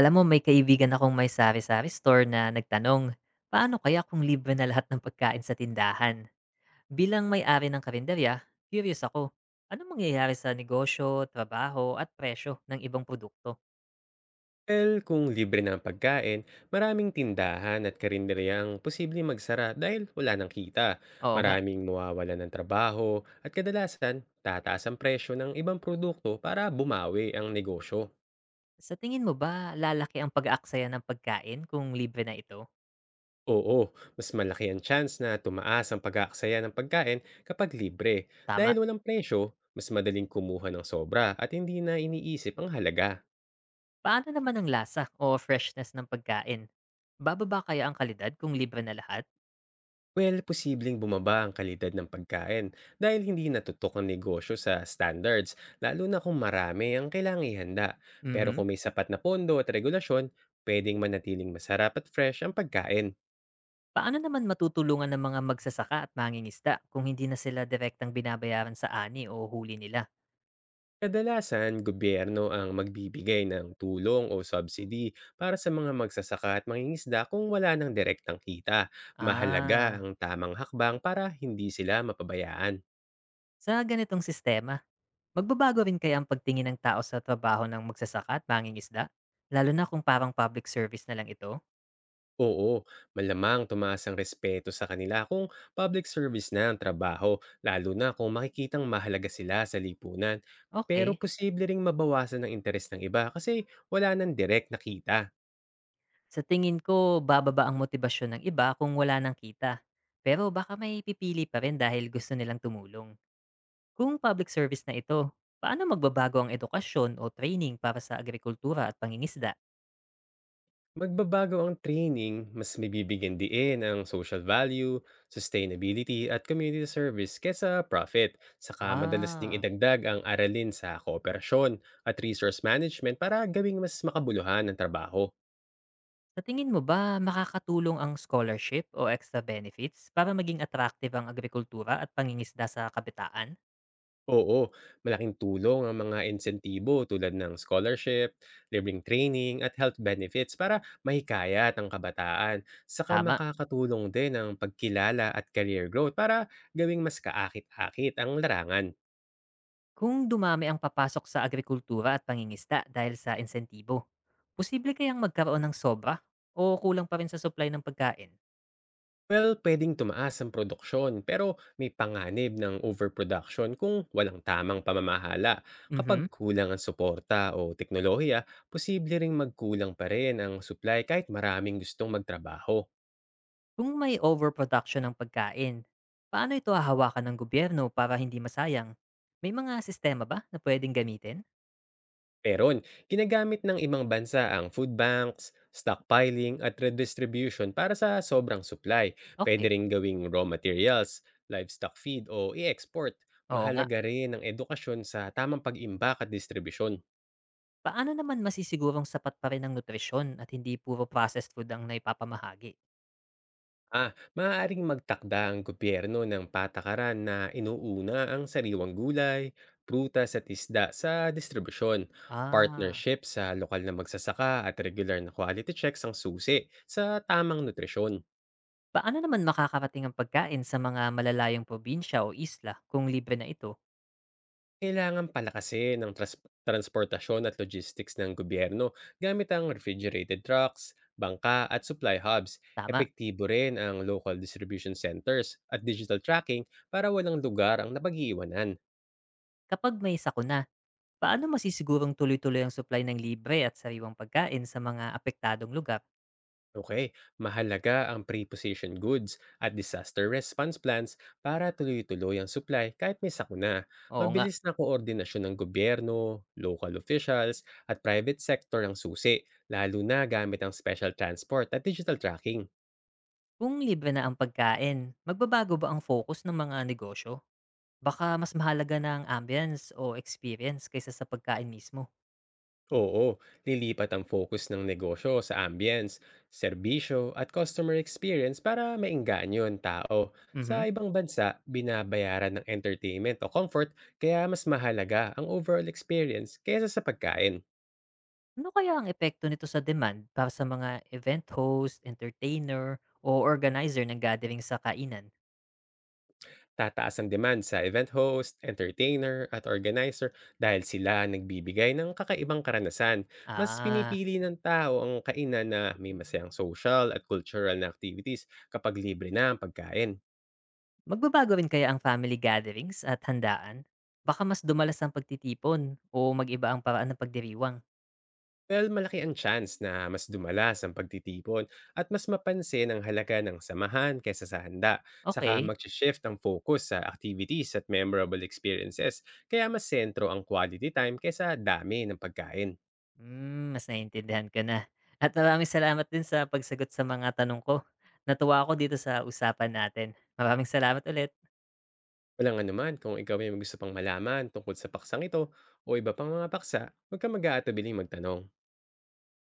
Alam mo, may kaibigan akong may sari-sari store na nagtanong, paano kaya kung libre na lahat ng pagkain sa tindahan? Bilang may-ari ng karinderya, curious ako. Ano mangyayari sa negosyo, trabaho, at presyo ng ibang produkto? Well, kung libre na ang pagkain, maraming tindahan at karinderyang posibleng magsara dahil wala nang kita. Oo nga. Maraming mawawala ng trabaho at kadalasan tataas ang presyo ng ibang produkto para bumawi ang negosyo. Sa tingin mo ba lalaki ang pag-aaksaya ng pagkain kung libre na ito? Oo, mas malaki ang chance na tumaas ang pag-aaksaya ng pagkain kapag libre. Tama. Dahil walang presyo, mas madaling kumuha ng sobra at hindi na iniisip ang halaga. Paano naman ang lasa o freshness ng pagkain? Bababa kaya ang kalidad kung libre na lahat? Well, posibleng bumaba ang kalidad ng pagkain dahil hindi natutok ang negosyo sa standards, lalo na kung marami ang kailangang ihanda. Pero Mhm. kung may sapat na pondo at regulasyon, pwedeng manatiling masarap at fresh ang pagkain. Paano naman matutulungan ng mga magsasaka at mangingisda kung hindi na sila direktang binabayaran sa ani o huli nila? Kadalasan, gobyerno ang magbibigay ng tulong o subsidy para sa mga magsasaka at mangingisda kung wala ng direktang kita. Mahalaga Ah, ang tamang hakbang para hindi sila mapabayaan. sa ganitong sistema, magbabago rin kaya ang pagtingin ng tao sa trabaho ng magsasaka at mangingisda? Lalo na kung parang public service na lang ito? Oo, malamang tumaas ang respeto sa kanila kung public service na ang trabaho, lalo na kung makikitang mahalaga sila sa lipunan. Pero Okay. posible ring mabawasan ang interes ng iba kasi wala nang direct na kita. Sa tingin ko, bababa ang motibasyon ng iba kung wala ng kita. Pero baka may pipili pa rin dahil gusto nilang tumulong. Kung public service na ito, paano magbabago ang edukasyon o training para sa agrikultura at pangingisda? Magbabago ang training, mas mabibigyan diin ang social value, sustainability at community service kesa profit. Saka madalas ding Ah, idagdag ang aralin sa kooperasyon at resource management para gawing mas makabuluhan ang trabaho. sa tingin mo ba makakatulong ang scholarship o extra benefits para maging attractive ang agrikultura at pangingisda sa kabitaan? Oo, malaking tulong ang mga insentibo tulad ng scholarship, libreng training at health benefits para mahikayat ang kabataan. Saka Tama. makakatulong din ang pagkilala at career growth para gawing mas kaakit-akit ang larangan. Kung dumami ang papasok sa agrikultura at pangingisda dahil sa insentibo, posible kayang magkaroon ng sobra o kulang pa rin sa supply ng pagkain? Well, pwedeng tumaas ang produksyon pero may panganib ng overproduction kung walang tamang pamamahala. Kapag Mhm. kulang ang suporta o teknolohiya, posible ring magkulang pa rin ang supply kahit maraming gustong magtrabaho. Kung may overproduction ng pagkain, paano ito hahawakan ng gobyerno para hindi masayang? May mga sistema ba na pwedeng gamitin? Meron, ginagamit ng ibang bansa ang food banks, stockpiling at redistribution para sa sobrang supply. Pwede Okay. rin gawing raw materials, livestock feed o i-export. Oo nga. Mahalaga rin ang edukasyon sa tamang pag-imbak at distribusyon. Paano naman masisigurong sapat pa rin ang nutrisyon at hindi puro processed food ang naipapamahagi? Ah, maaaring magtakda ang gobyerno ng patakaran na inuuna ang sariwang gulay, prutas at isda sa distribusyon. Ah, Partnership sa lokal na magsasaka at regular na quality checks ang susi sa tamang nutrisyon. paano naman makakarating ang pagkain sa mga malalayong probinsya o isla kung libre na ito? Kailangan palakasin ng transportasyon at logistics ng gobyerno gamit ang refrigerated trucks, bangka at supply hubs. Tama, Epektibo rin ang local distribution centers at digital tracking para walang lugar ang napag-iiwanan. kapag may sakuna, paano masisigurong tuloy-tuloy ang supply ng libre at sariwang pagkain sa mga apektadong lugar? Okay, mahalaga ang pre-positioned goods at disaster response plans para tuloy-tuloy ang supply kahit may sakuna. Oo nga, Mabilis na koordinasyon ng gobyerno, local officials, at private sector ang susi, lalo na gamit ang special transport at digital tracking. kung libre na ang pagkain, magbabago ba ang focus ng mga negosyo? Baka mas mahalaga na ang ambience o experience kaysa sa pagkain mismo. Oo, lilipat ang focus ng negosyo sa ambience, serbisyo at customer experience para maingganyo ang tao. Sa Mhm. ibang bansa, binabayaran ng entertainment o comfort kaya mas mahalaga ang overall experience kaysa sa pagkain. Ano kaya ang epekto nito sa demand para sa mga event host, entertainer, o organizer ng gathering sa kainan? Tataas ang demand sa event host, entertainer at organizer dahil sila ang nagbibigay ng kakaibang karanasan. Mas Ah, pinipili ng tao ang kainan na may masayang social at cultural na activities kapag libre na ang pagkain. magbabago rin kaya ang family gatherings at handaan? Baka mas dumalas ang pagtitipon o mag-iba ang paraan ng pagdiriwang. Well, malaki ang chance na mas dumalas ang pagtitipon at mas mapansin ang halaga ng samahan kaysa sa handa. Saka Okay, mag-shift ang focus sa activities at memorable experiences, kaya mas sentro ang quality time kaysa dami ng pagkain. Mas naiintindihan ko na. At maraming salamat din sa pagsagot sa mga tanong ko. Natuwa ako dito sa usapan natin. Maraming salamat ulit. Walang anuman kung ikaw ay may gusto pang malaman tungkol sa paksang ito o iba pang mga paksa, huwag kang mag-aatubiling magtanong.